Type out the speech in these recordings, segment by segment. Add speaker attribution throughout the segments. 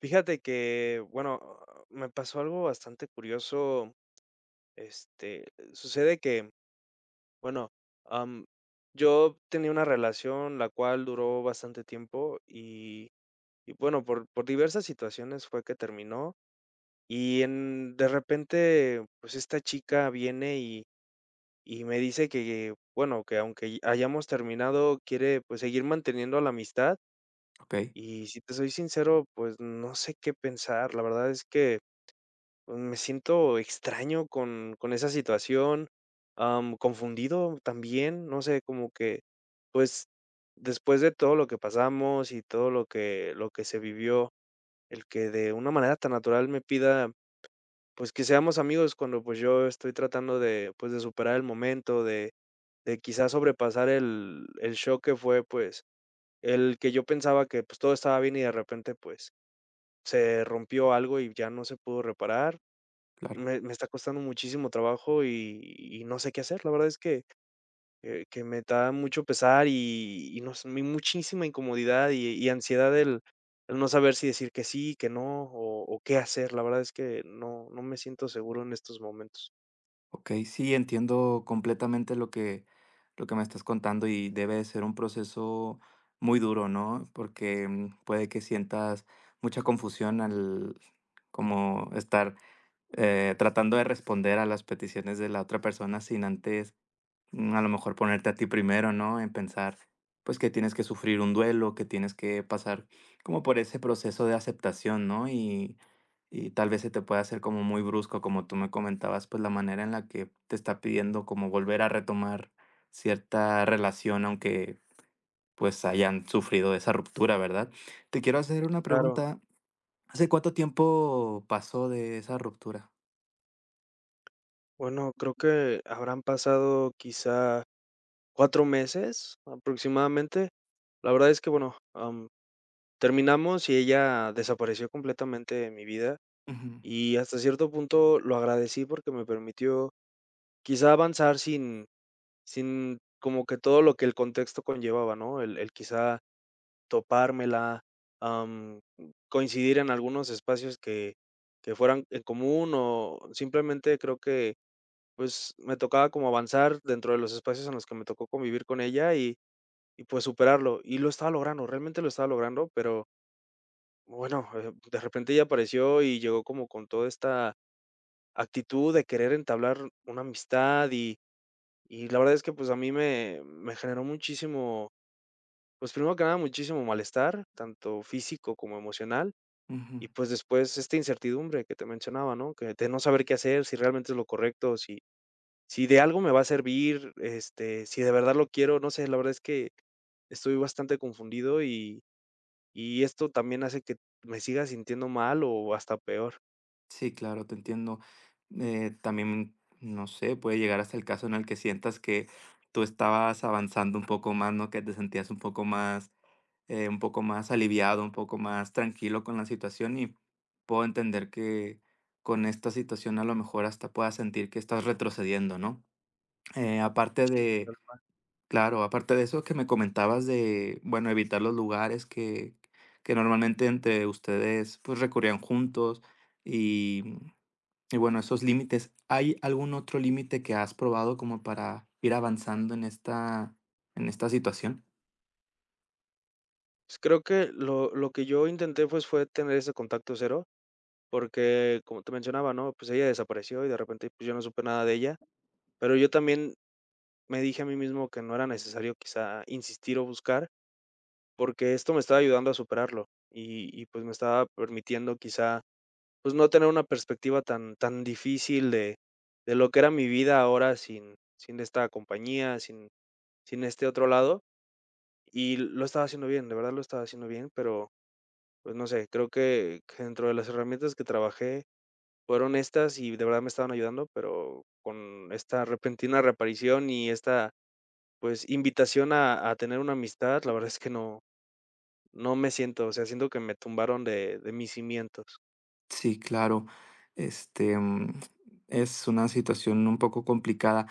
Speaker 1: Fíjate que, bueno, me pasó algo bastante curioso. Este, sucede que, bueno, am, yo tenía una relación la cual duró bastante tiempo y bueno, por diversas situaciones fue que terminó y en, de repente, pues esta chica viene y me dice que, bueno, que aunque hayamos terminado, quiere pues seguir manteniendo la amistad.
Speaker 2: Ok,
Speaker 1: Y si te soy sincero, pues no sé qué pensar. La verdad es que, pues, me siento extraño con esa situación, confundido también, no sé, como que, pues, después de todo lo que pasamos y todo lo que se vivió, el que de una manera tan natural me pida, pues, que seamos amigos cuando, pues, yo estoy tratando de, pues, de superar el momento, de quizás sobrepasar el shock que fue, pues, el que yo pensaba que, pues, todo estaba bien y de repente, pues, se rompió algo y ya no se pudo reparar.
Speaker 2: claro.
Speaker 1: Me está costando muchísimo trabajo y no sé qué hacer. La verdad es que me da mucho pesar y no sé, mi muchísima incomodidad y ansiedad, el no saber si decir que sí, que no, o o qué hacer. La verdad es que no no me siento seguro en estos momentos.
Speaker 2: Ok, sí, entiendo completamente lo que me estás contando y debe de ser un proceso muy duro, ¿no? Porque puede que sientas mucha confusión al como estar tratando de responder a las peticiones de la otra persona sin antes a lo mejor ponerte a ti primero, ¿no? En pensar, pues que tienes que sufrir un duelo, que tienes que pasar como por ese proceso de aceptación, ¿no? Y tal vez se te pueda hacer como muy brusco, como tú me comentabas, pues la manera en la que te está pidiendo como volver a retomar cierta relación, aunque pues hayan sufrido esa ruptura, ¿verdad? Te quiero hacer una
Speaker 1: Claro.
Speaker 2: pregunta. ¿Hace cuánto tiempo pasó de esa ruptura?
Speaker 1: Bueno, creo que habrán pasado quizá 4 meses aproximadamente. La verdad es que, bueno, terminamos y ella desapareció completamente de mi vida.
Speaker 2: Ujú,
Speaker 1: Y hasta cierto punto lo agradecí porque me permitió quizá avanzar sin sin como que todo lo que el contexto conllevaba, ¿no? El quizá topármela, am, coincidir en algunos espacios que fueran en común, o simplemente creo que, pues, me tocaba como avanzar dentro de los espacios en los que me tocó convivir con ella y, pues, superarlo. Y lo estaba logrando, realmente lo estaba logrando, pero bueno, de repente ella apareció y llegó como con toda esta actitud de querer entablar una amistad. Y y la verdad es que, pues, a mí me generó muchísimo, pues, primero que nada, muchísimo malestar, tanto físico como emocional,
Speaker 2: ujú.
Speaker 1: y, pues, después esta incertidumbre que te mencionaba, ¿no? Que de no saber qué hacer, si realmente es lo correcto, si si de algo me va a servir, este, si de verdad lo quiero, no sé, la verdad es que estoy bastante confundido y esto también hace que me siga sintiendo mal o hasta peor.
Speaker 2: Sí, claro, te entiendo. También, no sé, puede llegar hasta el caso en el que sientas que tú estabas avanzando un poco más, ¿no? Que te sentías un poco más aliviado, un poco más tranquilo con la situación y puedo entender que con esta situación a lo mejor hasta puedas sentir que estás retrocediendo, ¿no? Eh, aparte
Speaker 1: Sí.
Speaker 2: de, claro, aparte de eso que me comentabas de, bueno, evitar los lugares que normalmente entre ustedes pues recurrían juntos. Y y bueno, esos límites, ¿hay algún otro límite que has probado como para ir avanzando en esta situación?
Speaker 1: Pues, creo que lo que yo intenté, pues, fue tener ese contacto cero, porque, como te mencionaba, ¿no? Pues, ella desapareció y de repente, pues, yo no supe nada de ella, pero yo también me dije a mí mismo que no era necesario quizá insistir o buscar, porque esto me estaba ayudando a superarlo y, pues, me estaba permitiendo quizá, pues, no tener una perspectiva tan tan difícil de lo que era mi vida ahora sin sin esta compañía, sin sin este otro lado, y lo estaba haciendo bien, de verdad lo estaba haciendo bien, pero pues no sé, creo que dentro de las herramientas que trabajé fueron estas, y de verdad me estaban ayudando, pero con esta repentina reaparición y esta, pues, invitación a tener una amistad, la verdad es que no no me siento, o sea, siento que me tumbaron de mis cimientos.
Speaker 2: Sí, claro. Este, es una situación un poco complicada.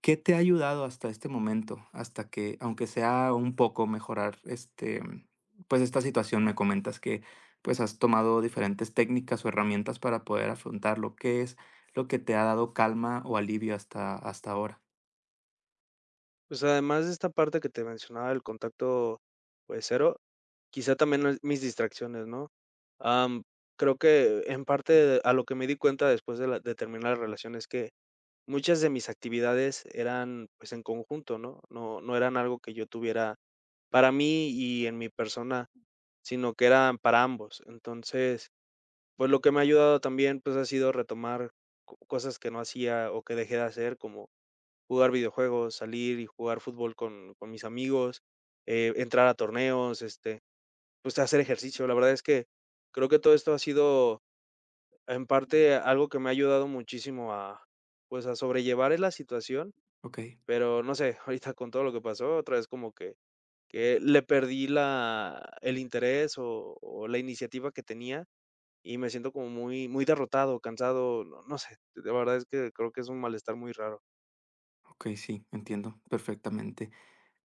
Speaker 2: ¿Qué te ha ayudado hasta este momento? Hasta que, aunque sea un poco mejorar, este, pues, esta situación, me comentas que, pues, has tomado diferentes técnicas o herramientas para poder afrontarlo. ¿Qué es lo que te ha dado calma o alivio hasta ahora?
Speaker 1: Pues, además de esta parte que te mencionaba del contacto, pues, cero, quizá también es mis distracciones, ¿no? Am, creo que en parte a lo que me di cuenta después de la de terminar la relación es que muchas de mis actividades eran, pues, en conjunto, ¿no? No no eran algo que yo tuviera para mí y en mi persona, sino que eran para ambos. Entonces, pues, lo que me ha ayudado también, pues, ha sido retomar co cosas que no hacía o que dejé de hacer, como jugar videojuegos, salir y jugar fútbol con mis amigos, entrar a torneos, este, pues, hacer ejercicio. La verdad es que creo que todo esto ha sido, en parte, algo que me ha ayudado muchísimo a, pues, a sobrellevar, la situación.
Speaker 2: Okey.
Speaker 1: Pero no sé, ahorita con todo lo que pasó, otra vez como que le perdí la el interés o la iniciativa que tenía, y me siento como muy derrotado, cansado, no no sé, la verdad es que creo que es un malestar muy raro.
Speaker 2: Ok, sí, entiendo perfectamente.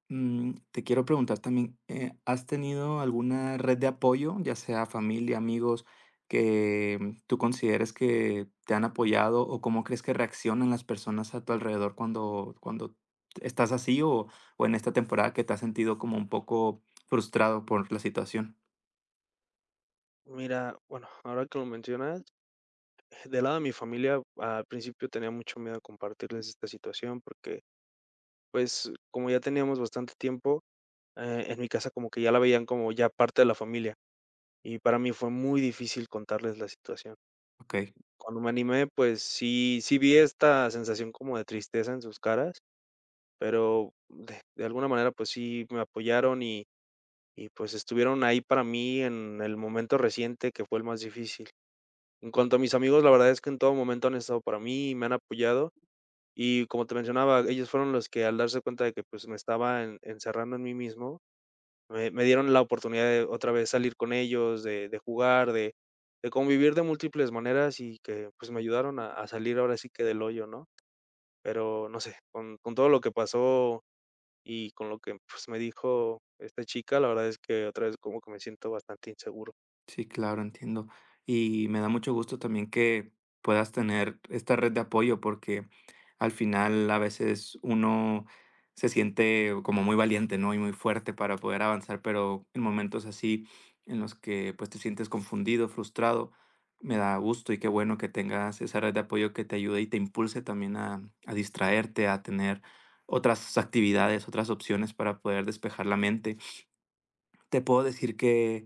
Speaker 2: Te quiero preguntar también, ¿has tenido alguna red de apoyo, ya sea familia, amigos, que tú consideres que te han apoyado o cómo crees que reaccionan las personas a tu alrededor cuando estás así o en esta temporada que te has sentido como un poco frustrado por la situación?
Speaker 1: Mira, bueno, ahora que lo mencionas, del lado de mi familia, al principio tenía mucho miedo de compartirles esta situación porque, pues, como ya teníamos bastante tiempo, en mi casa como que ya la veían como ya parte de la familia, y para mí fue muy difícil contarles la situación.
Speaker 2: Ok.
Speaker 1: Cuando me animé, pues sí sí vi esta sensación como de tristeza en sus caras, pero de alguna manera, pues sí me apoyaron y pues estuvieron ahí para mí en el momento reciente que fue el más difícil. En cuanto a mis amigos, la verdad es que en todo momento han estado para mí y me han apoyado. Y como te mencionaba, ellos fueron los que al darse cuenta de que, pues, me estaba en encerrando en mí mismo, me dieron la oportunidad de otra vez salir con ellos, de jugar, de convivir de múltiples maneras, y que, pues, me ayudaron a salir ahora sí que del hoyo, ¿no? Pero no sé, con todo lo que pasó y con lo que, pues, me dijo esta chica, la verdad es que otra vez como que me siento bastante inseguro.
Speaker 2: Sí, claro, entiendo. Y me da mucho gusto también que puedas tener esta red de apoyo porque al final a veces uno se siente como muy valiente, ¿no? Y muy fuerte para poder avanzar, pero en momentos así en los que pues te sientes confundido, frustrado, me da gusto y qué bueno que tengas esa red de apoyo que te ayude y te impulse también a distraerte, a tener otras actividades, otras opciones para poder despejar la mente. Te puedo decir que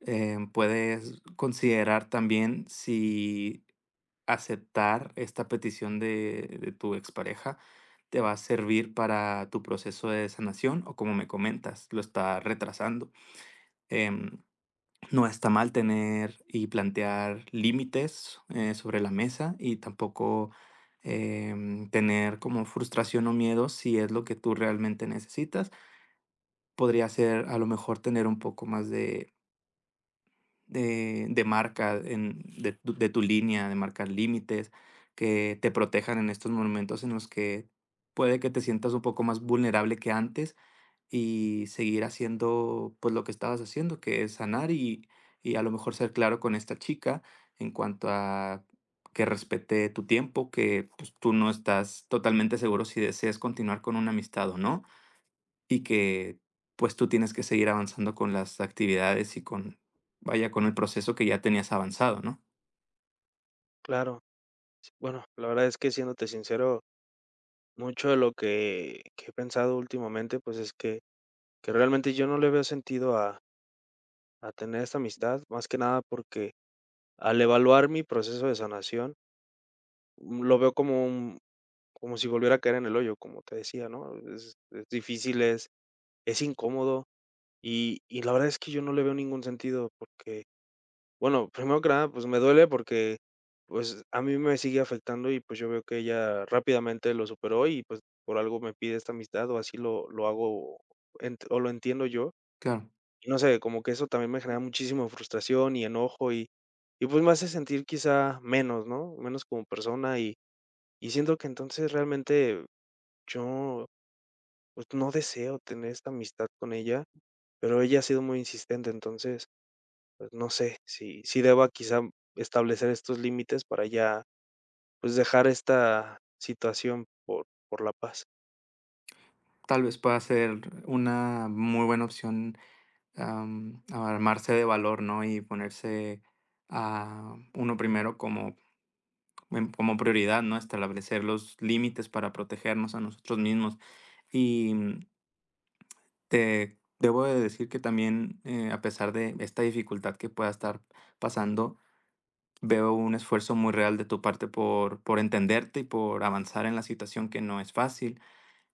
Speaker 2: puedes considerar también si aceptar esta petición de tu expareja te va a servir para tu proceso de sanación o como me comentas, lo está retrasando. Em, no está mal tener y plantear límites sobre la mesa y tampoco tener como frustración o miedo si es lo que tú realmente necesitas. Podría ser a lo mejor tener un poco más de marca, en, de, tu línea, de marcar límites, que te protejan en estos momentos en los que puede que te sientas un poco más vulnerable que antes y seguir haciendo pues lo que estabas haciendo, que es sanar y a lo mejor ser claro con esta chica en cuanto a que respete tu tiempo, que pues, tú no estás totalmente seguro si deseas continuar con una amistad o no y que, pues, tú tienes que seguir avanzando con las actividades y con, vaya, con el proceso que ya tenías avanzado, ¿no?
Speaker 1: Claro, s bueno, la verdad es que siéndote sincero, mucho de lo que he pensado últimamente, pues, es que realmente yo no le veo sentido a tener esta amistad, más que nada porque al evaluar mi proceso de sanación, lo veo como un como si volviera a caer en el hoyo, como te decía, ¿no? Es difícil, es incómodo, y la verdad es que yo no le veo ningún sentido porque, bueno, primero que nada, pues, me duele porque, pues, a mí me sigue afectando y, pues, yo veo que ella rápidamente lo superó y, pues, por algo me pide esta amistad, o así lo hago ent o lo entiendo yo.
Speaker 2: Claro,
Speaker 1: Y no sé, como que eso también me genera muchísima frustración y enojo y, pues, me hace sentir quizá menos, ¿no? Menos como persona, y siento que entonces realmente yo, pues, no deseo tener esta amistad con ella, pero ella ha sido muy insistente, entonces, pues, no sé, si si deba quizá establecer estos límites para ya, pues, dejar esta situación por la paz.
Speaker 2: tal vez pueda ser una muy buena opción, armarse de valor, ¿no? Y ponerse a uno primero como, como prioridad, ¿no? Establecer los límites para protegernos a nosotros mismos. Y te debo de decir que también, a pesar de esta dificultad que pueda estar pasando, veo un esfuerzo muy real de tu parte por entenderte y por avanzar en la situación que no es fácil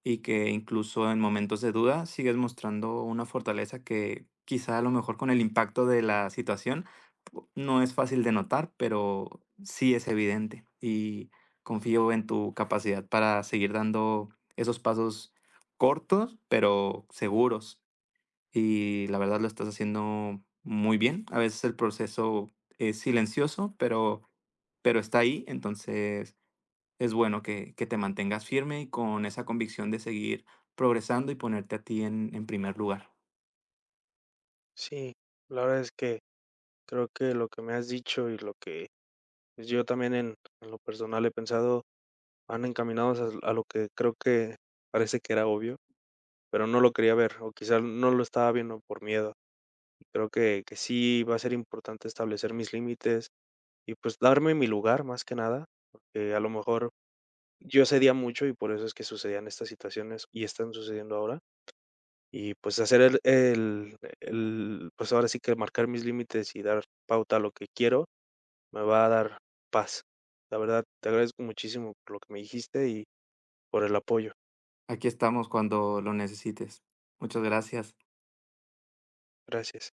Speaker 2: y que incluso en momentos de duda sigues mostrando una fortaleza que quizá a lo mejor con el impacto de la situación no es fácil de notar, pero sí es evidente y confío en tu capacidad para seguir dando esos pasos cortos, pero seguros y la verdad lo estás haciendo muy bien. A veces el proceso es silencioso, pero está ahí, entonces es bueno que te mantengas firme y con esa convicción de seguir progresando y ponerte a ti en primer lugar.
Speaker 1: Sí, la verdad es que creo que lo que me has dicho y lo que, pues, yo también en lo personal he pensado, van encaminados a lo que creo que parece que era obvio, pero no lo quería ver, o quizá no lo estaba viendo por miedo. Creo que sí va a ser importante establecer mis límites y, pues, darme mi lugar, más que nada, porque a lo mejor yo cedía mucho y por eso es que sucedían estas situaciones y están sucediendo ahora. Y, pues, hacer el pues, ahora sí que marcar mis límites y dar pauta a lo que quiero, me va a dar paz. La verdad, te agradezco muchísimo por lo que me dijiste y por el apoyo.
Speaker 2: Aquí estamos cuando lo necesites. Muchas gracias.
Speaker 1: Gracias.